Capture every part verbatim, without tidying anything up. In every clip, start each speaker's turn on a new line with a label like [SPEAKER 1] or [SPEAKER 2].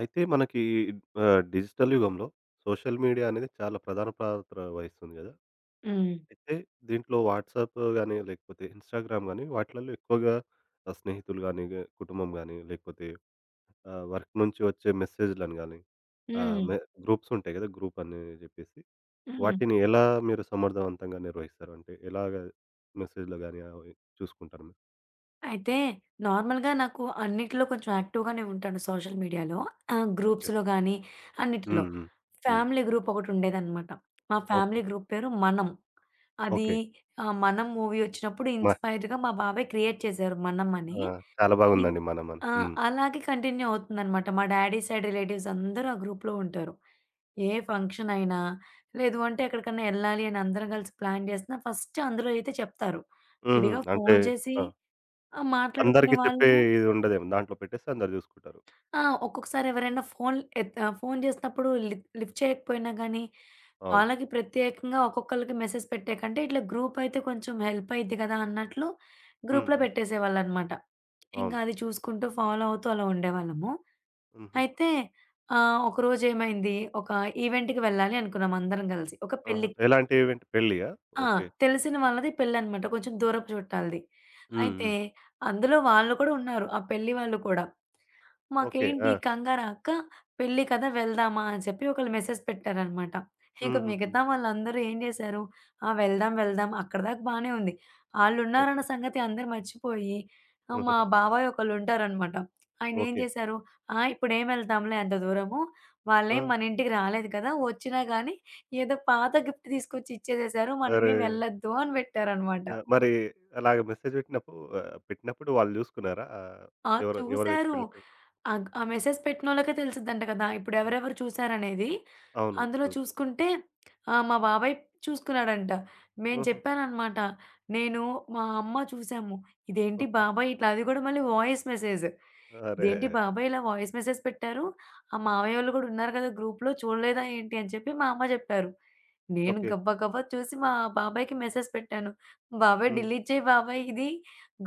[SPEAKER 1] అయితే మనకి ఆహ్, డిజిటల్ యుగంలో సోషల్ మీడియా అనేది చాలా ప్రధాన పాత్ర వహిస్తుంది గదా!
[SPEAKER 2] హ్మ్.
[SPEAKER 1] అయితే దీంట్లో వాట్సాప్ గాని, లేకపోతే ఇన్‌స్టాగ్రామ్ గాని వాటిలలో ఎక్కువగా ఆహ్, స్నేహితులు గాని, గ కుటుంబం గాని, లేకపోతే ఆహ్, వర్క్ నుంచి వచ్చే మెసేజ్‌లను గాని, ఆహ్,
[SPEAKER 2] హ్మ్.
[SPEAKER 1] మె గ్రూప్స్ ఉంటాయి గదా! గ్రూప్ అని జెప్పేసి.
[SPEAKER 2] హ్మ్.
[SPEAKER 1] వాటిని ఎలా మీరు సమర్థవంతంగా నిర్వహిస్తారు? అంటే ఎలాగ మెసేజ్‌లు గాని అవి చూసుకుంటారు మీరు?
[SPEAKER 2] అయితే నార్మల్‌గా నాకు అన్నిట్లో కొంచెం యాక్టివ్‌గానే ఉంటాను సోషల్ మీడియాలో. ఆహ్,
[SPEAKER 1] ఓకే.
[SPEAKER 2] గ్రూప్స్‌లో గానీ, అన్నిటిలో.
[SPEAKER 1] Hmm. Hmm. Hmm.
[SPEAKER 2] Family group ఒకటుండేదనమాట. మా ఫ్యామిలీ
[SPEAKER 1] ఓకే.
[SPEAKER 2] గ్రూప్ పేరు 'మనం.' అది
[SPEAKER 1] ఓకే.
[SPEAKER 2] ఆహ్, 'మనం' మూవీ వచ్చినప్పుడు
[SPEAKER 1] మ
[SPEAKER 2] ఇన్‌స్పైర్డ్‌గా మా బాబాయ్ క్రియేట్ చేశారు 'మనం' అని.
[SPEAKER 1] ఆ! చాలా
[SPEAKER 2] ఇం
[SPEAKER 1] బాగుందండి మనమని.
[SPEAKER 2] ఆ!
[SPEAKER 1] హ్మ్.
[SPEAKER 2] అలాగే కంటిన్యూ అవుతుందనమాట. మా డ్యాడీ సైడ్ రిలేటివ్స్ అందరూ ఆ గ్రూప్‌లో ఉంటారు. ఏ ఫంక్షన్ అయినా, లేదు అంటే ఎక్కడికన్నా ఎళ్ళాలి అని అందరం కలిసి ప్లాన్ చేసినా ఫస్ట్ అందులో అయితే చెప్తారు.
[SPEAKER 1] హుహు.
[SPEAKER 2] విడిగా
[SPEAKER 1] అంటే.
[SPEAKER 2] ఫోను చేసి
[SPEAKER 1] ఆ!
[SPEAKER 2] ఆ! మాట్లాడుకునే
[SPEAKER 1] అందరికి చెప్పే
[SPEAKER 2] వాళ్ళము.
[SPEAKER 1] ఇది ఉండదేమో. దాంట్లో పెట్టేస్తే అందరు జూసుకుంటారు.
[SPEAKER 2] ఆ! ఒక్కొక్కసారి ఎవరైనా ఫోన్ ఎత్ ఆహ్, ఫోను చేసినప్పుడు లిఫ్ లిఫ్ట్ చేయకపోయినా గానీ,
[SPEAKER 1] అవును.
[SPEAKER 2] వాళ్ళకి ప్రత్యేకంగా ఒక్కొక్కళ్ళకి మెసేజ్ పెట్టే కంటే ఇట్లా గ్రూప్ అయితే కొంచెం హెల్ప్ అయిద్ది కదా! అన్నట్లు
[SPEAKER 1] హ్మ్.
[SPEAKER 2] గ్రూప్‌లో
[SPEAKER 1] హ్మ్.
[SPEAKER 2] పెట్టేసేవాళ్ళనమాట. ఇంకా
[SPEAKER 1] అవును.
[SPEAKER 2] అది చూసుకుంటూ ఫాలో అవుతూ అలా ఉండేవాళ్ళము.
[SPEAKER 1] హుహు.
[SPEAKER 2] అయితే ఆహ్, ఒకరోజేమైంది, ఒక ఈవెంట్‌కి వెళ్ళాలి అనుకున్నాం అందరం గలిసి. ఒక
[SPEAKER 1] ఆహా!
[SPEAKER 2] పెళ్ళికి.
[SPEAKER 1] ఎలాంటి ఈవెంట్ పెళ్ళియా?
[SPEAKER 2] ఆ!
[SPEAKER 1] ఓకే.
[SPEAKER 2] తెలిసిన వాళ్ళది పెళ్ళనమాట. కొంచెం దూరపు చుట్టాలది.
[SPEAKER 1] హ్మ్.
[SPEAKER 2] అయితే
[SPEAKER 1] హ్మ్.
[SPEAKER 2] అందులో వాళ్ళు కూడా ఉన్నారు. ఆ పెళ్లి వాళ్ళు కూడా.
[SPEAKER 1] ఓకే.
[SPEAKER 2] మాకేంటి
[SPEAKER 1] ఆ!
[SPEAKER 2] కంగారా అక్క, పెళ్లి కదా వెళ్దామా అని చెప్పి ఒకళ్ళు మెసేజ్ పెట్టారనమాట. ఇంక
[SPEAKER 1] హుహుహు.
[SPEAKER 2] మిగతా వాళ్ళందరూ ఏం చేశారు, ఆ! వెళ్దాం, వెళ్దాం అక్కడిదాకా బానే ఉంది. ఆళ్ళున్నారన్న
[SPEAKER 1] ఓకే.
[SPEAKER 2] సంగతి అందరూ మర్చిపోయి ఆహ్, మా బాబాయ్ ఒకళ్ళుంటారనమాట. ఆయనేం
[SPEAKER 1] ఓకే.
[SPEAKER 2] చేశారు, "ఆ! ఇప్పుడేం వెళ్తాంలే అంత దూరము.
[SPEAKER 1] ఆ!
[SPEAKER 2] వాళ్ళేం మన ఇంటికి రాలేదు కదా! వచ్చినా గానీ ఏదో పాత గిఫ్ట్ తీసుకొచ్చి ఇచ్చేసేశారు.
[SPEAKER 1] అరే!
[SPEAKER 2] మనమేం వెళ్ళొద్దు" అని పెట్టారనమాట.
[SPEAKER 1] ఆ! మరి అలాగ మెసేజ్ పెట్టినప్పుడు ఆహ్, పెట్టినప్పుడు వాళ్ళు జూసుకున్నారా? ఆహ్,
[SPEAKER 2] ఆ!
[SPEAKER 1] ఎవరు ఎవరిదైతే
[SPEAKER 2] చూసారు.
[SPEAKER 1] పెళ్ళికి.
[SPEAKER 2] ఆగ్ ఆ మెసేజ్ పెట్టినోళ్ళకే తెలిసిద్దంట కదా! ఇప్పుడు ఎవరెవరు చూసారనేది.
[SPEAKER 1] అవును.
[SPEAKER 2] అందులో
[SPEAKER 1] చూసు
[SPEAKER 2] చూసుకుంటే ఆహ్, మా బాబాయ్ చూసుకున్నాడంట. మేము
[SPEAKER 1] ఆహా!
[SPEAKER 2] చెప్పాననమాట. నేను, మా అమ్మ చూసాము. ఇదేంటి
[SPEAKER 1] ఓకే.
[SPEAKER 2] బాబాయ్ ఇట్లా అది కూడా మళ్ళీ వాయిస్ మెసేజ్.
[SPEAKER 1] అరే!
[SPEAKER 2] ఇదేంటి బాబాయ్ ఇలా వాయిస్ మెసేజ్ పెట్టారు. ఆ మావయ్య వాళ్ళు కూడా ఉన్నారు కదా! గ్రూప్‌లో చూడలేదా ఏంటి అని చెప్పి మా అమ్మ చెప్పారు. నేను
[SPEAKER 1] ఓకే.
[SPEAKER 2] గబా గబా చూసి మా బాబాయికి మెసేజ్ పెట్టాను. "బాబాయ్
[SPEAKER 1] హ్మ్.
[SPEAKER 2] డిలీట్ చేయి బాబాయ్ ఇది.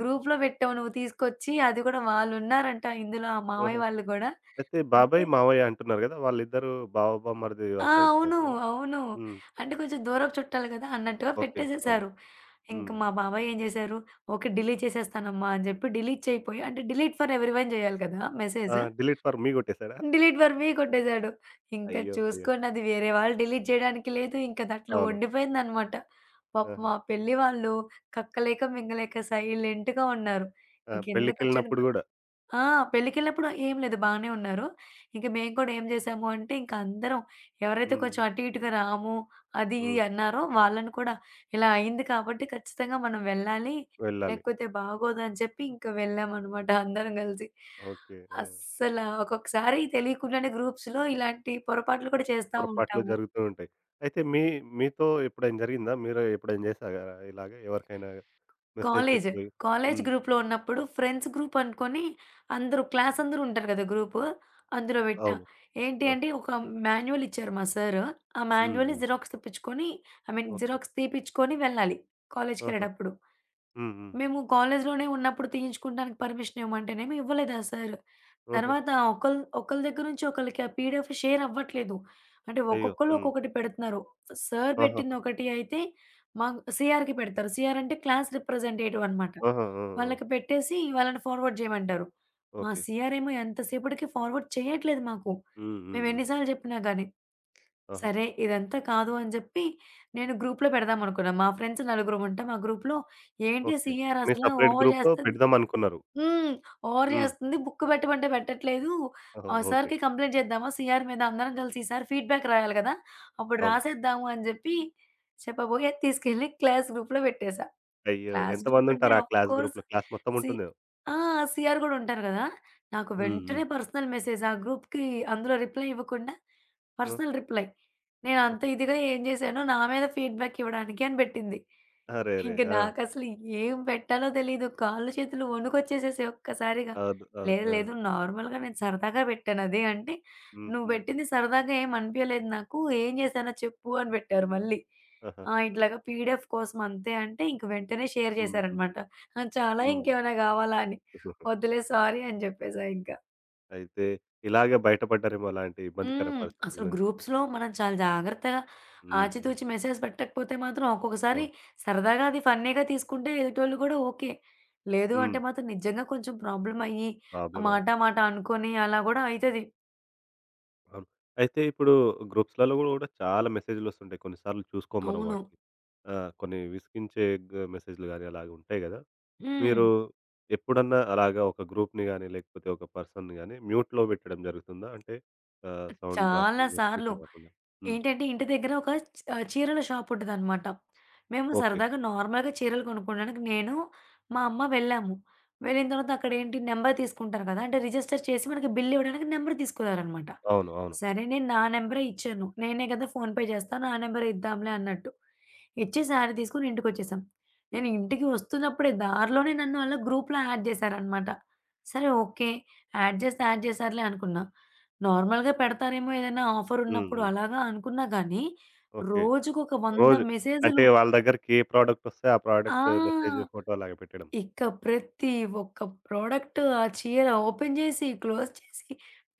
[SPEAKER 2] గ్రూప్‌లో పెట్టావు నువ్వు తీసుకొచ్చి. అది కూడా వాళ్ళున్నారంట ఇందులో ఆ
[SPEAKER 1] ఆహా!
[SPEAKER 2] మామయ్య వాళ్ళు గూడా."
[SPEAKER 1] అయితే
[SPEAKER 2] అంటే
[SPEAKER 1] బాబాయ్, మావయ్య అంటున్నారు గదా! వాళ్ళిద్దరూ బావ, బామర్ది
[SPEAKER 2] ఆ!
[SPEAKER 1] వరుస
[SPEAKER 2] అవును.
[SPEAKER 1] అయితారు గదా!
[SPEAKER 2] అవును.
[SPEAKER 1] హ్మ్.
[SPEAKER 2] అంటే కొంచెం దూరపు చుట్టాలు గదా! అన్నట్టుగా
[SPEAKER 1] ఓకే. అవును.
[SPEAKER 2] పెట్టేసేశారు. ఇంక
[SPEAKER 1] హ్మ్.
[SPEAKER 2] మా బాబాయ్ ఏం జేశారు, "ఓకే. డిలీట్ చేసేస్తానమ్మా" అని జెప్పి డిలీట్ చేయపోయి అంటే డిలీట్ ఫర్ ఎవరీవన్ జేయాలి కదా!
[SPEAKER 1] ఆ!
[SPEAKER 2] మెసేజ్.
[SPEAKER 1] డిలీట్ ఫర్ మీ గొట్టేసాడా?
[SPEAKER 2] డిలీట్ ఫర్ మీ కొట్టేసాడు. ఇంక
[SPEAKER 1] అయ్యో! అయ్యో!
[SPEAKER 2] చూసుకోండి అది వేరే వాళ్ళు డిలీట్ జేయడానికి లేదు. ఇంకదట్లా
[SPEAKER 1] అవును.
[SPEAKER 2] ఉండిపోయిందనమాట. పాపం
[SPEAKER 1] ఆహా!
[SPEAKER 2] ఆ పెళ్లి వాళ్ళు కక్కలేక, మింగలేక సైలెంట్‌గా ఉన్నారు.
[SPEAKER 1] ఆ!
[SPEAKER 2] ఇంకెందుకొచ్చిన
[SPEAKER 1] పెళ్ళికెళ్ళినప్పుడు గూడా.
[SPEAKER 2] ఆ! పెళ్ళికెళ్ళినప్పుడు ఏం లేదు బానే ఉన్నారు. ఇంక మేము కూడా ఏం చేసాము అంటే, ఇంక అందరం ఎవరైతే
[SPEAKER 1] హ్మ్.
[SPEAKER 2] కొంచెం అటు ఇటుగా రాము, అది ఇది
[SPEAKER 1] హ్మ్.
[SPEAKER 2] అన్నారో వాళ్ళని కూడా ఇలా అయింది కాబట్టి ఖచ్చితంగా మనం వెళ్ళాలి.
[SPEAKER 1] వెళ్ళాలి.
[SPEAKER 2] లేకపోతే బాగోదని చెప్పి ఇంక వెళ్ళామనమాట అందరం కలిసి.
[SPEAKER 1] ఓకే. ఆ!
[SPEAKER 2] అస్సల ఒక్కొక్కసారి తెలియకుండానే గ్రూప్స్‌లో ఇలాంటి పొరపాట్లు కూడా చేస్తా
[SPEAKER 1] పొరపాట్లు
[SPEAKER 2] ఉంటాము.
[SPEAKER 1] జరుగుతూ ఉంటాయి. అయితే మీ మీతో ఎప్పుడైనా జరిగిందా? మీరు ఎప్పుడైనా జేసారా ఇలాగ ఎవరికైనా మెసేజ్
[SPEAKER 2] కాలేజ్.
[SPEAKER 1] పెట్టిపోయి?
[SPEAKER 2] కాలేజ్
[SPEAKER 1] హ్మ్.
[SPEAKER 2] గ్రూప్‌లో ఉన్నప్పుడు ఫ్రెండ్స్ గ్రూప్ అనుకోని అందరూ క్లాస్ అందరూ ఉంటారు కదా! గ్రూపు. అందులో పెట్టా.
[SPEAKER 1] అవును.
[SPEAKER 2] ఏంటి
[SPEAKER 1] ఆహా!
[SPEAKER 2] అంటే ఒక మాన్యువల్ ఇచ్చారు మా సారు. ఆ
[SPEAKER 1] హ్మ్.
[SPEAKER 2] మాన్యువల్‌ని
[SPEAKER 1] హ్మ్.
[SPEAKER 2] జిరాక్స్ తెప్పించుకొని ఐ మీన్
[SPEAKER 1] ఓకే.
[SPEAKER 2] జిరాక్స్ తీపిచ్చుకొని వెళ్ళాలి
[SPEAKER 1] ఆహా!
[SPEAKER 2] కాలేజ్‌కెళ్ళేటప్పుడు.
[SPEAKER 1] హ్మ్. హ్మ్.
[SPEAKER 2] మేము కాలేజ్‌లోనే ఉన్నప్పుడు తీయించుకుంటానికి పర్మిషన్ ఇవ్వమంటేనేమో ఇవ్వలేదు ఆ సారు.
[SPEAKER 1] ఆహా!
[SPEAKER 2] తర్వాత ఒకళ్ ఒకళ్ళ దగ్గర నుంచి ఒకళ్ళకి ఆ పీడిఎఫ్ షేర్ అవ్వట్లేదు. అంటే
[SPEAKER 1] అయ్యో!
[SPEAKER 2] ఒక్కొక్కళ్ళు
[SPEAKER 1] హ్మ్.
[SPEAKER 2] ఒక్కొక్కటి పెడుతున్నారు. సార్
[SPEAKER 1] ఆహాహా!
[SPEAKER 2] పెట్టిందొకటి అయితే మా సీఆర్‌కి పెడతారు. సీఆర్ అంటే క్లాస్ రిప్రజెంటేటివ్ అనమాట.
[SPEAKER 1] ఆహా! ఆ! ఆ!
[SPEAKER 2] వాళ్ళకి పెట్టేసి వాళ్ళని ఫార్వర్డ్ చేయమంటారు. మా
[SPEAKER 1] ఓకే.
[SPEAKER 2] సీఆర్ ఏమో ఎంతసేపటికి ఫార్వర్డ్ చేయట్లేదు మాకు.
[SPEAKER 1] హ్మ్. హ్మ్.
[SPEAKER 2] మేము
[SPEAKER 1] హ్మ్.
[SPEAKER 2] ఎన్ని సార్లు చెప్పినా గాని.
[SPEAKER 1] ఆహా!
[SPEAKER 2] సరే ఇదంతా కాదు అని జెప్పి నేను గ్రూప్‌లో పెడదాం అనుకున్నా. మా ఫ్రెండ్స్ నలుగురం ఉంటాం. ఆ గ్రూప్‌లో ఏంటి
[SPEAKER 1] ఓకే.
[SPEAKER 2] సీఆర్
[SPEAKER 1] మీ
[SPEAKER 2] అసలా
[SPEAKER 1] సెపరేట్
[SPEAKER 2] ఓవర్
[SPEAKER 1] గ్రూప్‌లో
[SPEAKER 2] జేస్తుంది.
[SPEAKER 1] పెడదామనుకున్నారు.
[SPEAKER 2] హ్మ్. ఓవర్
[SPEAKER 1] హ్మ్.
[SPEAKER 2] జేస్తుంది. బుక్ పెట్టమంటే పెట్టట్లేదు.
[SPEAKER 1] ఓహ్!
[SPEAKER 2] ఆ
[SPEAKER 1] ఓకే.
[SPEAKER 2] సార్‌కి కంప్లెయింట్ చేద్దామా సీఆర్ మీద అందరం కలిసి ఈసారి ఫీడ్‌బ్యాక్ రాయాలి గదా! అప్పుడు
[SPEAKER 1] అవును.
[SPEAKER 2] రాసేద్దాము అని జెప్పి చెప్పబోయి తీసుకెళ్ళి క్లాస్ గ్రూప్‌లో పెట్టేసా.
[SPEAKER 1] అయ్యో!
[SPEAKER 2] క్లాస్ గ్రూప్ అంటే
[SPEAKER 1] ఎంతమందుంటారు ఆ క్లాస్
[SPEAKER 2] అఫ్‌కోర్స్
[SPEAKER 1] గ్రూప్‌లో? క్లాస్ మొత్తం
[SPEAKER 2] సి
[SPEAKER 1] ఉంటుందేమో.
[SPEAKER 2] ఆ! సీఆర్ గూడా ఉంటారు గదా! నాకు
[SPEAKER 1] హ్మ్. హ్మ్.
[SPEAKER 2] వెంటనే పర్సనల్ మెసేజ్ ఆ గ్రూప్‌కి అందులో రిప్లై ఇవ్వకుండా
[SPEAKER 1] ఆ!
[SPEAKER 2] Personal reply. నేనంత
[SPEAKER 1] ఓకే.
[SPEAKER 2] ఇదిగా ఏం జేశానో నా మీద ఫీడ్‌బ్యాక్ ఇవ్వడానికి అని బెట్టింది.
[SPEAKER 1] అరెరే!
[SPEAKER 2] ఇంక
[SPEAKER 1] ఆ!
[SPEAKER 2] నాకసలు ఏం పెట్టాలో తెలీదు. కాళ్ళు, చేతులు వణుకొచ్చేసేసాయి ఒక్కసారిగా.
[SPEAKER 1] అవును. అవును.
[SPEAKER 2] లేదు,
[SPEAKER 1] ఆ!
[SPEAKER 2] లేదు నార్మల్‌గా నేను సరదాగా పెట్టానది. అంటే,
[SPEAKER 1] హ్మ్.
[SPEAKER 2] "నువ్వు
[SPEAKER 1] హ్మ్.
[SPEAKER 2] పెట్టింది సరదాగా ఏం అనిపియలేదు నాకు. ఏం చేశానో చెప్పు" అని పెట్టారు మళ్ళీ.
[SPEAKER 1] ఆహా!
[SPEAKER 2] ఆ! ఇట్లాగా పీడిఎఫ్ కోసం అంతే అంటే, ఇంక వెంటనే షేర్
[SPEAKER 1] హ్మ్. హ్మ్.
[SPEAKER 2] చేశారనమాట. "ఆ! చాలా
[SPEAKER 1] హ్మ్.
[SPEAKER 2] ఇంకేమైనా కావాలా?" అని. "వద్దులే సారీ" అని చెప్పేసా ఇంక.
[SPEAKER 1] అయితే ఇలాగే బయటపడ్డారేమో అలాంటి ఇబ్బందికర
[SPEAKER 2] హ్మ్.
[SPEAKER 1] పరిస్థితుల
[SPEAKER 2] అసలు
[SPEAKER 1] నుంచి.
[SPEAKER 2] గ్రూప్స్‌లో మనం చాలా జాగ్రత్తగా
[SPEAKER 1] హ్మ్. హ్మ్.
[SPEAKER 2] ఆచితూచి మెసేజ్ పెట్టకపోతే మాత్రం ఒక్కొక్కసారి
[SPEAKER 1] అవును.
[SPEAKER 2] సరదాగా అది ఫన్నీగా తీసుకుంటే ఎదుటోళ్ళు కూడా ఓకే. లేదు అంటే
[SPEAKER 1] హ్మ్.
[SPEAKER 2] మాత్రం నిజంగా కొంచెం ప్రాబ్లమ్ అయ్యి
[SPEAKER 1] ప్రాబ్లమ్
[SPEAKER 2] మాట
[SPEAKER 1] అయిపోతుంది.
[SPEAKER 2] మాట అనుకోని అలా గూడా అయితది.
[SPEAKER 1] అవును. అయితే ఇప్పుడు గ్రూప్స్‌లలో గూడా గూడా చాలా మెసేజ్‌లొస్తుంటాయి. కొన్నిసార్లు చూసుకోం మనం
[SPEAKER 2] అవును.
[SPEAKER 1] వాటిని. ఆ! కొన్ని విసిగించే గ మెసేజ్‌లు గాని అలాగుంటాయి గదా!
[SPEAKER 2] హ్మ్.
[SPEAKER 1] మీరు ఎప్పుడన్నా అలాగా ఒక గ్రూప్‌ని గాని, లేకపోతే ఒక పర్సన్‌ని గాని మ్యూట్‌లో పెట్టడం జరుగుతుందా? అంటే ఆహ్, సౌండ్
[SPEAKER 2] చాలా
[SPEAKER 1] రాకుండా,
[SPEAKER 2] సార్లు.
[SPEAKER 1] డిస్టర్బెన్స్ రాకుండా. హ్మ్.
[SPEAKER 2] ఏంటంటే ఇంటి దగ్గర ఒక చ్ ఆహ్, చీరల షాప్ ఉంటదనమాట. మేము
[SPEAKER 1] ఓకే.
[SPEAKER 2] సరదాగా నార్మల్‌గా చీరలు కొనుక్కోడానికి నేను, మా అమ్మ వెళ్ళాము. వెళ్ళిన తర్వాత అక్కడేంటి నంబర్ తీసుకుంటారు కదా! అంటే రిజిస్టర్ చేసి మనకి బిల్ ఇవ్వడానికి నంబర్ తీసుకున్నారనమాట.
[SPEAKER 1] అవును. అవును.
[SPEAKER 2] సరే నేను నా నంబరే ఇచ్చాను. నేనే కదా ఫోన్ పే చేస్తాను. నా నంబరే ఇద్దాంలే అన్నట్టు. ఇచ్చి శారీ తీసుకొని ఇంటికొచ్చేసాం. నేను ఇంటికి వస్తున్నప్పుడే దారిలోనే నన్ను ఆళ్ళ గ్రూప్‌లో యాడ్ చేశారనమాట. సరే ఓకే. యాడ్ చేస్తే యాడ్ చేశారులే అనుకున్నా. నార్మల్‌గా పెడతారేమో ఏదైనా ఆఫర్
[SPEAKER 1] హ్మ్.
[SPEAKER 2] ఉన్నప్పుడు
[SPEAKER 1] హ్మ్.
[SPEAKER 2] అలాగా అనుకున్నా గానీ,
[SPEAKER 1] ఓకే.
[SPEAKER 2] రోజుకొక వంద
[SPEAKER 1] రోజు.
[SPEAKER 2] మెసేజులు.
[SPEAKER 1] అంటే వాళ్ళ దగ్గరికి ఏ ప్రోడక్ట్ వస్తే ఆ
[SPEAKER 2] ఆ!
[SPEAKER 1] ప్రోడక్ట్ మెసేజ్, ఫోటో అలాగా పెట్టడం.
[SPEAKER 2] ఇక ప్రతి ఒక్క ప్రోడక్ట్ ఆ చీర ఓపెన్ చేసి, క్లోజ్ చేసి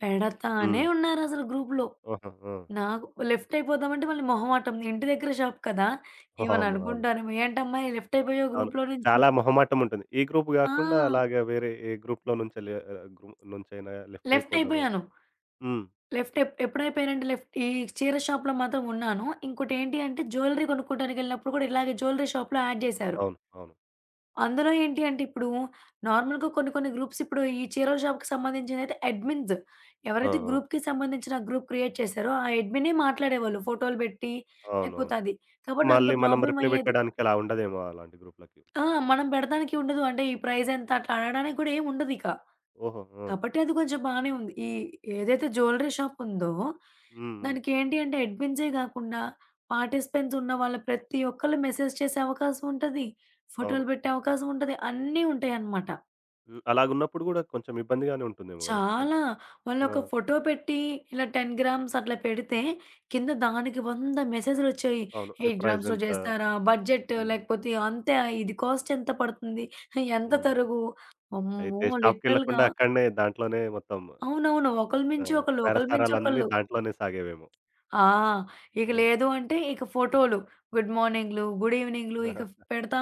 [SPEAKER 2] పెడతానే
[SPEAKER 1] హ్మ్.
[SPEAKER 2] ఉన్నారసలు గ్రూప్‌లో.
[SPEAKER 1] ఆహా! ఆ!
[SPEAKER 2] నాకు లెఫ్ట్ అయిపోదామంటే మళ్ళీ మొహమాటం. ఇంటి దగ్గర షాప్ కదా! ఏమన్నా
[SPEAKER 1] అవును. అవును.
[SPEAKER 2] అనుకుంటారేమో, "ఏంటమ్మాయి లెఫ్ట్ అయిపోయావు
[SPEAKER 1] అవును.
[SPEAKER 2] గ్రూప్‌లో నుంచి."
[SPEAKER 1] చాలా మొహమాటం ఉంటుంది. ఈ గ్రూప్
[SPEAKER 2] ఆ!
[SPEAKER 1] గాకుండా అలాగే వేరే ఏ గ్రూప్‌లో నుంచెల్లి ఆహ్, గ్రూప్ నుంచైనా లెఫ్ట్
[SPEAKER 2] లెఫ్ట్
[SPEAKER 1] అయిపోదాము.
[SPEAKER 2] అయిపోయాను.
[SPEAKER 1] హ్మ్.
[SPEAKER 2] లెఫ్ట్ ఎప్ ఎప్పుడైపోయానంటే లెఫ్ట్ ఈ చీర షాప్‌లో మాత్రం ఉన్నాను. ఇంకోటేంటి అంటే జ్యువెలరీ కొనుక్కోవడానికెళ్ళినప్పుడు కూడా ఇలాగే జ్యువెలరీ షాప్‌లో యాడ్ జేశారు.
[SPEAKER 1] అవును. అవును.
[SPEAKER 2] అందులో ఏంటి అంటే ఇప్పుడు నార్మల్‌గా కొన్ని కొన్ని గ్రూప్స్ ఇప్పుడు ఈ చీరల షాప్‌కి సంబంధించినదైతే అడ్మిన్స్.
[SPEAKER 1] ఆ!
[SPEAKER 2] ఎవరైతే
[SPEAKER 1] ఆ!
[SPEAKER 2] గ్రూప్‌కి సంబంధించిన గ్రూప్ క్రియేట్ చేశారో ఆ అడ్మినే మాట్లాడేవాళ్ళు. ఫోటోలు బెట్టి లేకపోతే
[SPEAKER 1] అవునవును.
[SPEAKER 2] అది. కాబట్టి అంత
[SPEAKER 1] మళ్ళీ మనం
[SPEAKER 2] ప్రాబ్లమ్
[SPEAKER 1] రిప్లై
[SPEAKER 2] అయ్యేది.
[SPEAKER 1] పెట్టడానికి అలా ఉండదేమో అలాంటి గ్రూప్‌లకి.
[SPEAKER 2] ఆ! మనం పెడతానికి ఉండదు. అంటే ఈ ప్రైజ్ ఎంత అట్లా అడగడానికి కూడా ఏముండదిక.
[SPEAKER 1] ఓహో! ఆ!
[SPEAKER 2] కాబట్టి అది కొంచెం బానే ఉంది. ఈ ఏదైతే జ్యువెల్లరీ షాప్ ఉందో,
[SPEAKER 1] హ్మ్. హ్మ్.
[SPEAKER 2] దానికేంటి అంటే అడ్మిన్సే గాకుండా, పార్టిసిపెంట్స్ ఉన్న వాళ్ళ ప్రతి ఒక్కళ్ళు మెసేజ్ చేసే అవకాశం ఉంటది.
[SPEAKER 1] అవును.
[SPEAKER 2] ఫోటోలు పెట్టే అవకాశం ఉంటది. అన్నీ ఉంటాయన్నమాట.
[SPEAKER 1] హ్మ్. అలాగున్నప్పుడు గూడా కొంచెం ఇబ్బందిగానే ఉంటుందేమో గదా!
[SPEAKER 2] చాలా
[SPEAKER 1] అంటే. ఆ!
[SPEAKER 2] వాళ్ళొక ఫోటో పెట్టి ఇలా పది గ్రామ్స్ అట్లా పెడితే కింద దానికి వంద మెసేజులొచ్చాయి.
[SPEAKER 1] అవును. ఏ
[SPEAKER 2] ఎనిమిది
[SPEAKER 1] ప్రైస్
[SPEAKER 2] గ్రామ్స్‌లో
[SPEAKER 1] ఎంత?
[SPEAKER 2] జేస్తారా? బడ్జెట్
[SPEAKER 1] హ్మ్.
[SPEAKER 2] లేకపోతే అంతే. ఇది కాస్ట్ ఎంత పడుతుంది? ఎంత
[SPEAKER 1] హ్మ్.
[SPEAKER 2] తరుగు? అమ్మో!
[SPEAKER 1] అయితే
[SPEAKER 2] లిటరల్‌గా
[SPEAKER 1] షాప్‌కెళ్ళకుండా అక్కడనే దాంట్లోనే మొత్తం.
[SPEAKER 2] అవునవును. ఒకళ్ళ
[SPEAKER 1] ఆ!
[SPEAKER 2] మించి ఒకళ్ళు, ఒకళ్ళ మించి
[SPEAKER 1] బేరసారాలన్నీ
[SPEAKER 2] ఒకళ్ళు.
[SPEAKER 1] దాంట్లోనే సాగేవేమో.
[SPEAKER 2] ఆ! ఇక
[SPEAKER 1] ఆ!
[SPEAKER 2] లేదు అంటే ఇక ఫోటోలు. గుడ్ మార్నింగ్‌లు, గుడ్ ఈవెనింగ్‌లు ఇక పెడతా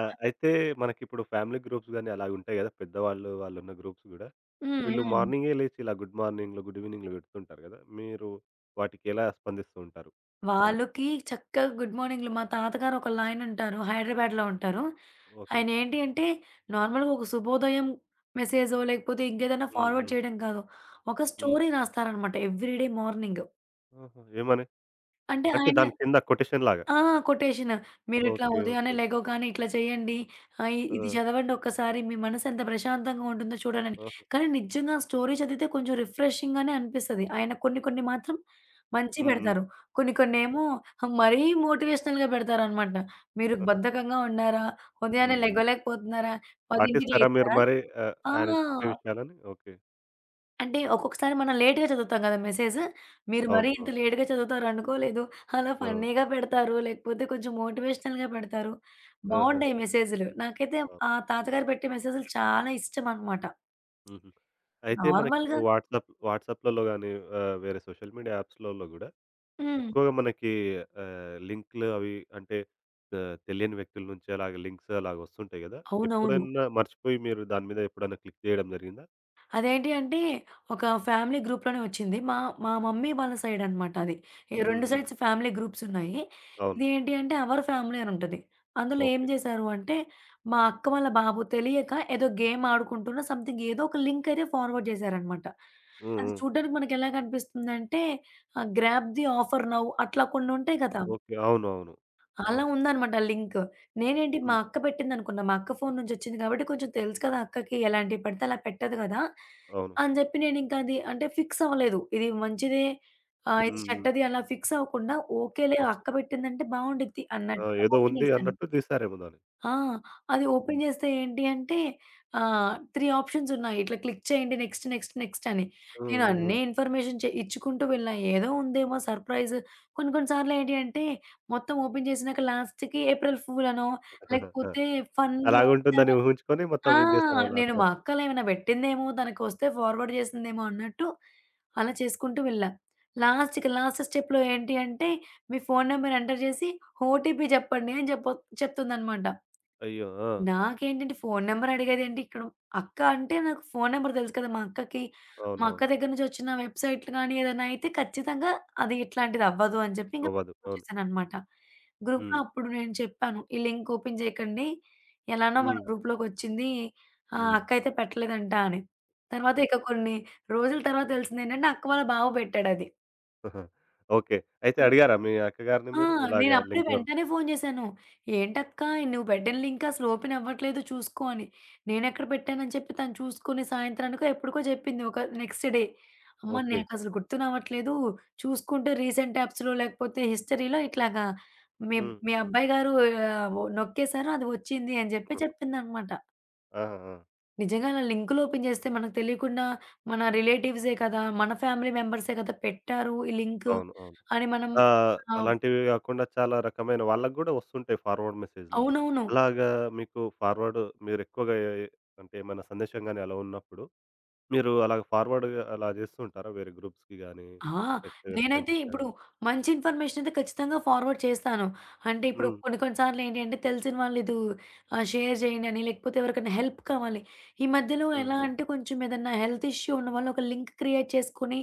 [SPEAKER 1] ఆ! అయితే మనకిప్పుడు ఫ్యామిలీ గ్రూప్స్ గాని అలాగుంటాయి గదా! పెద్దవాళ్ళు వాళ్ళున్న గ్రూప్స్ గూడా.
[SPEAKER 2] హ్మ్.
[SPEAKER 1] వీళ్ళు
[SPEAKER 2] హ్మ్.
[SPEAKER 1] మార్నింగే లేచి ఇలా గుడ్ మార్నింగ్‌లు, గుడ్ ఈవెనింగ్‌లు పెడుతుంటారు గదా! మీరు వాటికి ఎలా స్పందిస్తూ ఉంటారు? అంటే.
[SPEAKER 2] వాళ్ళకి చక్కగా గుడ్ మార్నింగ్‌లు మా తాతగారు ఒకళ్ళాయనుంటారు. హైదరాబాద్‌లో ఉంటారు.
[SPEAKER 1] ఓకే.
[SPEAKER 2] ఆయనేంటి అంటే నార్మల్‌గా ఒక శుభోదయం మెసేజో లేకపోతే ఇంకేదైనా
[SPEAKER 1] హ్మ్.
[SPEAKER 2] ఫార్వర్డ్
[SPEAKER 1] హ్మ్.
[SPEAKER 2] చేయడం కాదు. ఒక
[SPEAKER 1] హ్మ్.
[SPEAKER 2] స్టోరీ రాస్తారనమాట ఎవ్రీడే మార్నింగ్.
[SPEAKER 1] ఆహా! ఏమని?
[SPEAKER 2] అంటే
[SPEAKER 1] అంటే
[SPEAKER 2] ఆయన
[SPEAKER 1] దాని కింద కొటేషన్ లాగా.
[SPEAKER 2] ఆ! కొటేషన్. "మీరిట్లా
[SPEAKER 1] ఓకే.
[SPEAKER 2] ఉదయాన్నే
[SPEAKER 1] ఓకే.
[SPEAKER 2] లెగవగానే ఇట్లా చేయండి. ఆహ్, ఇ ఇది
[SPEAKER 1] ఆ!
[SPEAKER 2] చదవండి ఒక్కసారి. మీ మనసు ఎంత ప్రశాంతంగా ఉంటుందో చూడండని."
[SPEAKER 1] ఆహా!
[SPEAKER 2] కానీ నిజంగా స్టోరీ చదివితే కొంచెం రిఫ్రెషింగ్‌గానే అనిపిస్తది. ఆయన కొన్ని కొన్ని మాత్రం మంచి
[SPEAKER 1] హ్మ్. హ్మ్.
[SPEAKER 2] పెడతారు. కొన్ని కొన్నేమో మరీ మోటివేషనల్‌గా పెడతారనమాట. "మీరు బద్ధకంగా ఉన్నారా?
[SPEAKER 1] హ్మ్.
[SPEAKER 2] ఉదయాన్నే
[SPEAKER 1] హ్మ్.
[SPEAKER 2] లెగవలేకపోతున్నారా? 10కి
[SPEAKER 1] పాటిస్తారా మీరు
[SPEAKER 2] లేచారా?"
[SPEAKER 1] మరి ఆహ్,
[SPEAKER 2] ఆ!
[SPEAKER 1] ఆయన చెప్పే విషయాలని? ఓకే.
[SPEAKER 2] అంటే ఒక్కొక్కసారి మనం లేట్‌గా చదువుతాం కదా! మెసేజ్. మీరు మరీ
[SPEAKER 1] అవును.
[SPEAKER 2] ఇంత
[SPEAKER 1] అవును.
[SPEAKER 2] లేట్‌గా చదువుతారనుకోలేదు. అలా
[SPEAKER 1] ఆ!
[SPEAKER 2] ఫన్నీగా పెడతారు. లేకపోతే కొంచెం మోటివేషనల్‌గా పెడతారు. బావుంటాయి
[SPEAKER 1] ఆహాహా!
[SPEAKER 2] మెసేజులు. నాకైతే
[SPEAKER 1] అవును.
[SPEAKER 2] ఆ తాతగారు పెట్టే మెసేజులు చాలా ఇష్టమనమాట.
[SPEAKER 1] హుహు. అయితే
[SPEAKER 2] నార్మల్‌గా
[SPEAKER 1] మనకిప్పుడు వాట్సాప్ వాట్సాప్‌లలో గాని ఆహ్, వేరే సోషల్ మీడియా యాప్స్‌లలో గూడా
[SPEAKER 2] హ్మ్.
[SPEAKER 1] ఎక్కువగా మనకి ఆహ్, లింక్‌లు అవి అంటే ఆహ్, తెలియని వ్యక్తుల నుంచి అలాగే లింక్స్ అలాగ వస్తుంటాయి గదా!
[SPEAKER 2] అవునవును.
[SPEAKER 1] ఎప్పుడన్నా మర్చిపోయి మీరు దాని మీద ఎప్పుడన్నా క్లిక్ జేయడం జరిగిందా?
[SPEAKER 2] అదేంటి అంటే, ఒక ఫ్యామిలీ గ్రూప్‌లోనే వచ్చింది. మా మా మమ్మీ వాళ్ళ సైడ్ అనమాట అది. ఈ
[SPEAKER 1] హ్మ్.
[SPEAKER 2] రెండు
[SPEAKER 1] హ్మ్.
[SPEAKER 2] సైడ్స్ ఫ్యామిలీ గ్రూప్స్ ఉన్నాయి.
[SPEAKER 1] అవును.
[SPEAKER 2] ఇదేంటి అంటే, అవర్ ఫ్యామిలీ అని ఉంటది. అందులో ఏం
[SPEAKER 1] ఓకే.
[SPEAKER 2] చేశారు అంటే, మా అక్క వాళ్ళ బాబు తెలియక ఏదో గేమ్ ఆడుకుంటున్న సంథింగ్ ఏదో ఒక లింక్ అయితే ఫార్వర్డ్ చేశారనమాట.
[SPEAKER 1] హ్మ్.
[SPEAKER 2] అది
[SPEAKER 1] హ్మ్.
[SPEAKER 2] చూడ్డానికి మనకెలా కనిపిస్తుందంటే, ఆహ్, గ్రాబ్ ది ఆఫర్ నౌ అట్లా కొన్ని ఉంటాయి కదా!
[SPEAKER 1] ఓకే. అవును. అవును.
[SPEAKER 2] అలా
[SPEAKER 1] అవును.
[SPEAKER 2] ఉందనమాట లింక్. నేనేంటి మా
[SPEAKER 1] హ్మ్.
[SPEAKER 2] అక్క పెట్టిందనుకున్నా. మా అక్క ఫోను నుంచొచ్చింది కాబట్టి కొంచెం తెలుసు కదా అక్కకి ఎలాంటివి పడితే అలా పెట్టదు గదా!
[SPEAKER 1] అవును.
[SPEAKER 2] అని జెప్పి నేనింకా అది అంటే ఫిక్స్ అవ్వలేదు. ఇది మంచిదే, ఆహ్, ఇది
[SPEAKER 1] హ్మ్. హ్మ్.
[SPEAKER 2] చెడ్డది అలా ఫిక్స్ అవ్వకుండా ఓకేలే
[SPEAKER 1] ఓకే.
[SPEAKER 2] అక్క పెట్టిందంటే బావుండిద్ది
[SPEAKER 1] ఆ!
[SPEAKER 2] అన్నట్టుగా
[SPEAKER 1] ఏదో
[SPEAKER 2] ఓపెన్
[SPEAKER 1] ఉంది
[SPEAKER 2] జేశాను.
[SPEAKER 1] అన్నట్టు తీశారేమో దాన్ని.
[SPEAKER 2] ఆ! అది ఓపెన్
[SPEAKER 1] హ్మ్.
[SPEAKER 2] చేస్తే ఏంటి అంటే ఆహ్, మూడు ఆప్షన్స్ ఉన్నాయి. ఇట్లా క్లిక్ చేయండి నెక్స్ట్, నెక్స్ట్, నెక్స్ట్ అని.
[SPEAKER 1] హ్మ్.
[SPEAKER 2] నేను
[SPEAKER 1] హ్మ్.
[SPEAKER 2] అన్నీ
[SPEAKER 1] హ్మ్.
[SPEAKER 2] ఇన్ఫర్మేషన్ చె ఇచ్చుకుంటూ వెళ్ళా. ఏదో ఉందేమో సర్ప్రైజ్. కొన్ని కొన్ని సార్లు ఏంటి అంటే మొత్తం ఓపెన్ చేసినాక లాస్ట్‌కి ఏప్రిల్ ఫూల్ అనో
[SPEAKER 1] ఆ!
[SPEAKER 2] లేకపోతే ఫన్‌గా
[SPEAKER 1] అలాగుంటుందని
[SPEAKER 2] వచ్చారా.
[SPEAKER 1] ఊహించుకొని
[SPEAKER 2] ఆ!
[SPEAKER 1] మొత్తం ఇది చేశారేమో
[SPEAKER 2] నేను
[SPEAKER 1] లాస్ట్
[SPEAKER 2] మా
[SPEAKER 1] వరకు.
[SPEAKER 2] అక్కలు ఏమైనా పెట్టిందేమో తనకొస్తే ఫార్వర్డ్ చేసిందేమో అన్నట్టు అలా చేసుకుంటూ వెళ్ళా. లాస్ట్‌కి లాస్ట్ స్టెప్‌లో ఏంటి అంటే మీ ఫోన్ నంబర్ ఎంటర్ చేసి ఓటీపీ చెప్పండి అని చెప్ప చెప్తుందన్నమాట.
[SPEAKER 1] అయ్యో! ఆ!
[SPEAKER 2] నాకేంటంటే ఫోను నంబర్ అడిగేదేంటి ఇక్కడ. అక్క అంటే నాకు ఫోను నంబర్ తెలుసు కదా! మా అక్కకి. మా
[SPEAKER 1] అవును.
[SPEAKER 2] అక్క
[SPEAKER 1] అవును.
[SPEAKER 2] దగ్గర నుంచి వచ్చిన వెబ్‌సైట్‌లు గాని ఏదైనా అయితే ఖచ్చితంగా అది ఇట్లాంటిదవ్వదు అని చెప్పి ఇంక
[SPEAKER 1] అవ్వదు. అవును.
[SPEAKER 2] వచ్చేసాననమాట. గ్రూప్‌లో
[SPEAKER 1] హ్మ్.
[SPEAKER 2] అప్పుడు నేను చెప్పాను. "ఈ లింక్ ఓపెన్ చేయకండి. ఎలానో మన
[SPEAKER 1] హ్మ్.
[SPEAKER 2] గ్రూప్‌లోకొచ్చింది. ఆహ్,
[SPEAKER 1] హ్మ్.
[SPEAKER 2] అక్క అయితే పెట్టలేదంట" అని. తర్వాత ఇక
[SPEAKER 1] ఓకే.
[SPEAKER 2] కొన్ని రోజుల తర్వాత తెలిసిందేంటంటే అక్క వాళ్ళ బావ పెట్టాడది.
[SPEAKER 1] ఓకే. అయితే అడిగారా మీ అక్కగారిని
[SPEAKER 2] ఆ!
[SPEAKER 1] మీరు ఇలాగ
[SPEAKER 2] నేనప్పుడే
[SPEAKER 1] లింక్ దోర్
[SPEAKER 2] వెంటనే ఫోను జేశాను. "ఏంటక్కా నువ్వు బెడ్డెన్ లింక్ అసలు ఓపెన్ అవ్వట్లేదు చూసుకో" అని. నేనెక్కడ పెట్టానని చెప్పి తను చూసుకొని సాయంత్రానికో ఎప్పటికో జెప్పింది ఒక నెక్స్ట్ డే. "అమ్మ
[SPEAKER 1] ఓకే.
[SPEAKER 2] నాకసలు గుర్తు రావట్లేదు. చూసుకుంటే రీసెంట్ ట్యాబ్స్‌లో లేకపోతే హిస్టరీలో ఇట్లాగా మీ
[SPEAKER 1] హ్మ్.
[SPEAKER 2] మీ
[SPEAKER 1] హ్మ్.
[SPEAKER 2] అబ్బాయి గారు ఆహ్, ఒ నొక్కేసారు అది వచ్చింది" అని జెప్పి చెప్పిందనమాట.
[SPEAKER 1] ఆహా! ఆ!
[SPEAKER 2] నిజంగా అలా లింకులు ఓపెన్ జేస్తే మనకు తెలియకుండా మన రిలేటివ్సే కదా! మన ఫ్యామిలీ మెంబర్సే కదా! పెట్టారు ఈ లింకు
[SPEAKER 1] అవును. అవును.
[SPEAKER 2] అని మనం
[SPEAKER 1] ఆ!
[SPEAKER 2] ఆహ్,
[SPEAKER 1] అలాంటివి గాకుండా చాలా రకమైన వాళ్ళకి గూడా వస్తుంటాయి ఫార్వర్డ్ మెసేజ్‌లు.
[SPEAKER 2] అవునవును.
[SPEAKER 1] అలాగా మీకు ఫార్వర్డ్ మీరెక్కువగా ఏ ఏ అంటే ఏమైనా సందేశం గాని అలా ఉన్నప్పుడు మీరు అలాగ ఫార్వర్డ్‌గా అలా జేస్తూ ఉంటారా? వేరే గ్రూప్స్‌కి గాని,
[SPEAKER 2] ఆ!
[SPEAKER 1] లేకపోతే వేరే
[SPEAKER 2] నేనైతే
[SPEAKER 1] ఫ్రెండ్స్‌కి గాని?
[SPEAKER 2] ఇప్పుడు మంచి ఇన్ఫర్మేషన్ అయితే ఖచ్చితంగా ఫార్వర్డ్ చేస్తాను. అంటే ఇప్పుడు
[SPEAKER 1] హ్మ్.
[SPEAKER 2] కొన్ని కొన్ని సార్లు ఏంటి అంటే తెలిసిన వాళ్ళు ఇది ఆహ్, షేర్ చేయండి అని లేకపోతే ఎవరికైనా హెల్ప్ కావాలి. ఈ మధ్యలో
[SPEAKER 1] హ్మ్.
[SPEAKER 2] ఎలా
[SPEAKER 1] హ్మ్.
[SPEAKER 2] అంటే కొంచెం ఏదన్నా హెల్త్ ఇష్యూ ఉన్నవాళ్ళు ఒక లింక్ క్రియేట్ చేసుకొని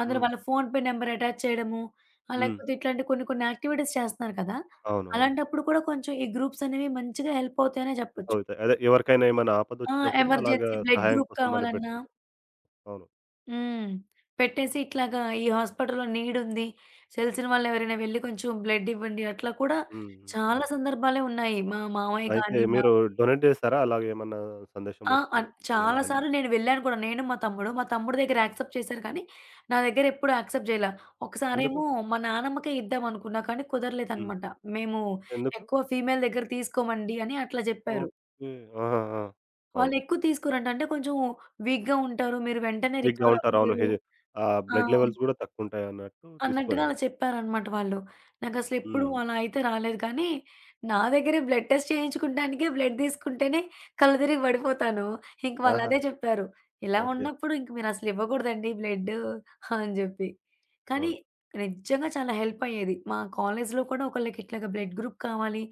[SPEAKER 2] అందులో
[SPEAKER 1] హ్మ్.
[SPEAKER 2] వాళ్ళ ఫోన్‌పే నంబర్ అటాచ్ చేయడము. ఆహ్,
[SPEAKER 1] హ్మ్.
[SPEAKER 2] లేకపోతే ఇట్లాంటి కొన్ని కొన్ని యాక్టివిటీస్ చేస్తున్నారు కదా!
[SPEAKER 1] అవునవును.
[SPEAKER 2] అలాంటప్పుడు కూడా కొంచెం ఈ గ్రూప్స్ అనేవి మంచిగా హెల్ప్ అవుతాయనే
[SPEAKER 1] హెల్ప్
[SPEAKER 2] చెప్పొచ్చు.
[SPEAKER 1] అవుతాయి. అదే ఎవరికైనా ఏమైనా
[SPEAKER 2] ఆ!
[SPEAKER 1] ఆపదొచ్చినప్పుడు అలాగా
[SPEAKER 2] ఎమర్జెన్సీ బ్లడ్
[SPEAKER 1] సహాయం
[SPEAKER 2] గ్రూప్
[SPEAKER 1] కోసం అని
[SPEAKER 2] కావాలన్నా
[SPEAKER 1] పెడుతుంటారు. అవును.
[SPEAKER 2] హ్మ్. పెట్టేసి ఇట్లాగా ఈ హాస్పిటల్‌లో నీడుంది. తెలిసిన వాళ్ళెవరైనా వెళ్లి కొంచెం బ్లడ్ ఇవ్వండి. అట్లా కూడా
[SPEAKER 1] హ్మ్. హ్మ్.
[SPEAKER 2] చాలా
[SPEAKER 1] హ్మ్.
[SPEAKER 2] సందర్భాలే ఉన్నాయి. మా మామయ్య
[SPEAKER 1] అయితే
[SPEAKER 2] గాని మా
[SPEAKER 1] మీరు డొనేట్ జేశారా అలాగేమన్నా
[SPEAKER 2] ఆ!
[SPEAKER 1] సందేశమొస్తే
[SPEAKER 2] అన్
[SPEAKER 1] ఇలా
[SPEAKER 2] చాలా
[SPEAKER 1] హెల్ప్?
[SPEAKER 2] సార్లు నేను వెళ్ళాను కూడా. నేను, మా తమ్ముడు. మా తమ్ముడి దగ్గర యాక్సెప్ట్ చేశారు కానీ, నా దగ్గర ఎప్పుడు యాక్సెప్ట్ జేయల.
[SPEAKER 1] ఎందుకు?
[SPEAKER 2] ఒకసారేమో మా నానమ్మకే ఇద్దామనుకున్నా కానీ
[SPEAKER 1] హ్మ్.
[SPEAKER 2] కుదరలేదనమాట. మేము
[SPEAKER 1] ఎందుకు?
[SPEAKER 2] ఎక్కువ ఫీమేల్ దగ్గర తీసుకోమండి అని అట్లా జెప్పారు.
[SPEAKER 1] ఓకే. ఆహా! ఆ! అవును.
[SPEAKER 2] వాళ్ళెక్కువ తీసుకోరంట. అంటే కొంచెం వీక్‌గా ఉంటారు. మీరు వెంటనే
[SPEAKER 1] వీక్‌గా
[SPEAKER 2] రికవర్
[SPEAKER 1] ఉంటారు. అవును.
[SPEAKER 2] అవ్వలేరు.
[SPEAKER 1] హెజె ఆహ్,
[SPEAKER 2] ఆ!
[SPEAKER 1] బ్లడ్ లెవెల్స్ గూడా తక్కువుంటాయన్నట్టు
[SPEAKER 2] అన్నట్టుగా అలా
[SPEAKER 1] తీసుకోరేమో.
[SPEAKER 2] చెప్పారనమాట వాళ్ళు. నాకసలెప్పుడు
[SPEAKER 1] హ్మ్.
[SPEAKER 2] అలా అయితే రాలేదు కానీ, నా దగ్గరే బ్లడ్ టెస్ట్ చేయించుకుంటానికే బ్లడ్ తీసుకుంటేనే కళ్ళు తిరిగి పడిపోతాను. ఇంక
[SPEAKER 1] ఆహా!
[SPEAKER 2] వాళ్ళదే చెప్పారు. ఇలా
[SPEAKER 1] ఓకే.
[SPEAKER 2] ఉన్నప్పుడు ఇంక మీరసలు ఇవ్వకూడదండి బ్లడ్డు అని జెప్పి. కానీ
[SPEAKER 1] అవును.
[SPEAKER 2] నిజంగా చాలా హెల్ప్ అయ్యేది. మా కాలేజ్‌లో కూడా ఒకళ్ళకి ఇట్లాగ బ్లడ్ గ్రూప్ కావాలి,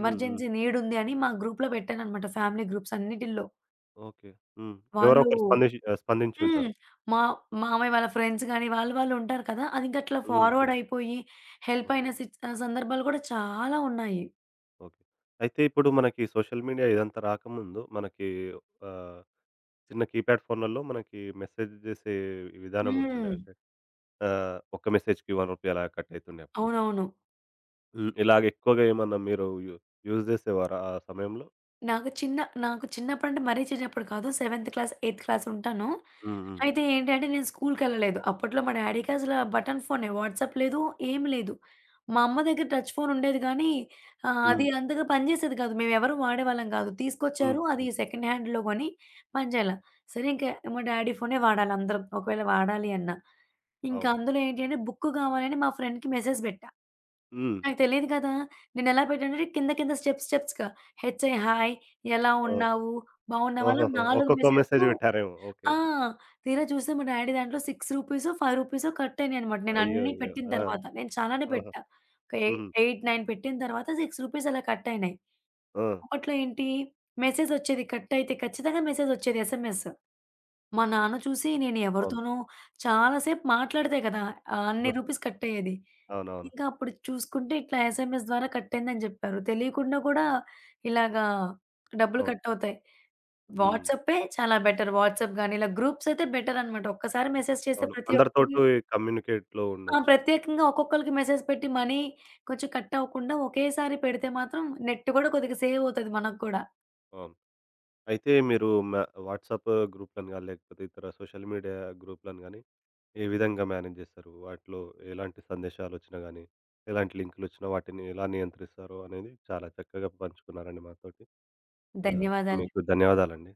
[SPEAKER 1] హ్మ్. హ్మ్.
[SPEAKER 2] నీడ్ ఉంది అని మా గ్రూప్‌లో పెట్టాననమాట ఫ్యామిలీ గ్రూప్స్ అన్నిటిల్లో.
[SPEAKER 1] ఓకే. హ్మ్. ఎవరో
[SPEAKER 2] వాళ్ళు
[SPEAKER 1] ఒకరు స్పందించి ఆహ్,
[SPEAKER 2] హ్మ్.
[SPEAKER 1] స్పందించుంటారు.
[SPEAKER 2] మా మామయ్య వాళ్ళ ఫ్రెండ్స్ గాని, వాళ్ళు వాళ్ళు ఉంటారు కదా! అదింకా అట్లా
[SPEAKER 1] హ్మ్. హ్మ్.
[SPEAKER 2] ఫార్వర్డ్ అయిపోయి హెల్ప్
[SPEAKER 1] ఓకే.
[SPEAKER 2] అయిన సిచ్ ఆహ్, సందర్భాలు కూడా చాలా ఉన్నాయి.
[SPEAKER 1] ఓకే. అయితే ఇప్పుడు మనకి సోషల్ మీడియా ఇదంతా రాకముందు మనకి ఆహ్, చిన్న కీప్యాడ్ ఫోన్‌లలో మనకి మెసేజ్ జేసే విధానం ఉంటుండే.
[SPEAKER 2] హ్మ్.
[SPEAKER 1] అంటే ఆహ్, ఒక్క మెసేజ్‌కి రూ. ఒకటి అలా కట్ అయితుండే అప్పుడు.
[SPEAKER 2] అవునవును.
[SPEAKER 1] హ్మ్. ఇలాగ ఎక్కువగా ఏమన్నా మీరు యూ యూజ్ జేసేవారా ఆ సమయంలో?
[SPEAKER 2] నాకు చిన్న నాకు చిన్నప్పుడంటే మరీ చిన్నప్పుడు కాదు. సెవెంత్ క్లాస్, ఎయిత్ క్లాస్ ఉంటాను.
[SPEAKER 1] హ్మ్. హ్మ్.
[SPEAKER 2] అయితే ఏంటంటే నేను స్కూల్‌కెళ్ళలేదు. అప్పట్లో మా డాడీకి అసల బటన్ ఫోనే. వాట్సాప్ లేదు, ఏం లేదు. మా అమ్మ దగ్గర టచ్ ఫోన్ ఉండేది కానీ ఆహ్, అది
[SPEAKER 1] హ్మ్.
[SPEAKER 2] అంతగా పనిచేసేది కాదు. మేమెవరు వాడేవాళ్ళం కాదు.
[SPEAKER 1] హ్మ్.
[SPEAKER 2] తీసుకొచ్చారు అది
[SPEAKER 1] హ్మ్.
[SPEAKER 2] సెకండ్ హ్యాండ్‌లో కొని పనిచేయల. సరే ఇంక మా డాడీ ఫోనే వాడాలి అందరం ఒకవేళ వాడాలి అన్నా. ఇంకా
[SPEAKER 1] అవును.
[SPEAKER 2] అందులో ఏంటి అంటే బుక్ కావాలని మా ఫ్రెండ్‌కి మెసేజ్ పెట్టా.
[SPEAKER 1] హ్మ్.
[SPEAKER 2] నాకు తెలీదు కదా! నేనెలా పెట్టానంటే కింద కింద స్టెప్స్ స్టెప్స్‌గా హెచ్‌ఐ హాయ్ ఎలా
[SPEAKER 1] ఓహ్!
[SPEAKER 2] ఉన్నావు? బాగున్నావా? అలా
[SPEAKER 1] ఓహోహో!
[SPEAKER 2] నాలుగు
[SPEAKER 1] ఒక్కొక్క మెసేజ్
[SPEAKER 2] మెసేజ్‌లు.
[SPEAKER 1] పెట్టారేమో. ఓకే.
[SPEAKER 2] ఆ! తీరా చూస్తే మా డ్యాడీ దాంట్లో రూ. ఆరు, రూ. ఐదు కట్టయినాయనమాట.
[SPEAKER 1] అయ్యో!
[SPEAKER 2] నేనన్నీ
[SPEAKER 1] అయ్యో!
[SPEAKER 2] పెట్టిన
[SPEAKER 1] ఆ!
[SPEAKER 2] తర్వాత. నేను చాలానే
[SPEAKER 1] ఆహా!
[SPEAKER 2] పెట్టా. ఒక ఎయి
[SPEAKER 1] హుహు.
[SPEAKER 2] ఎయిట్, తొమ్మిది పెట్టిన తర్వాత రూ. ఆరు అలా కట్టయినాయి.
[SPEAKER 1] ఆ!
[SPEAKER 2] అప్పట్లో ఏంటి మెసేజొచ్చేది కట్టయితే ఖచ్చితంగా మెసేజొచ్చేది ఎస్ఎంఎస్. మా నాన్న చూసి నేను
[SPEAKER 1] అవును.
[SPEAKER 2] ఎవరితోనో చాలా సేపు మాట్లాడితే కదా! ఆహ్, అన్ని
[SPEAKER 1] హ!
[SPEAKER 2] రూపీస్ కట్టయ్యేది.
[SPEAKER 1] అవునవును.
[SPEAKER 2] ఇంకా అప్పుడు చూసుకుంటే ఇట్లా ఎస్ఎంఎస్ ద్వారా కట్టయిందని జెప్పారు. తెలియకుండా కూడా ఇలాగా డబ్బులు
[SPEAKER 1] అవును.
[SPEAKER 2] కట్టవుతాయి.
[SPEAKER 1] హ్మ్.
[SPEAKER 2] వాట్సాపే చాలా బెటర్. వాట్సాప్ గాని, ఇలా గ్రూప్స్ అయితే బెటర్ అనమాట. ఒక్కసారి మెసేజ్ చేస్తే
[SPEAKER 1] అవును.
[SPEAKER 2] ప్రతి ఒక్కరికి
[SPEAKER 1] అందరితోటి కమ్యూనికేట్‌లో
[SPEAKER 2] ఆ!
[SPEAKER 1] ఉండొచ్చు.
[SPEAKER 2] ప్రత్యేకంగా ఒక్కొక్కళ్ళకి మెసేజ్ పెట్టి మనీ కొంచెం కట్ అవ్వకుండా ఒకేసారి పెడితే మాత్రం నెట్ కూడా కొద్దిగా సేవ్ అవుతది మనకు కూడా.
[SPEAKER 1] అవును. అయితే మీరు మ వాట్సాప్ గ్రూప్‌లను గాని, లేకపోతే ఇతర సోషల్ మీడియా గ్రూప్‌లను గాని, ఏ విధంగా మేనేజ్ చేస్తారు? వాటిలో ఎలాంటి సందేశాలొచ్చినా గాని, ఎలాంటి లింకులొచ్చినా వాటిని ఎలా నియంత్రిస్తారు అనేది చాలా చక్కగా పంచుకున్నారండి మాతోటి. ఆహ్,
[SPEAKER 2] ధన్యవాదాలు.
[SPEAKER 1] మీకు ధన్యవాదాలండి.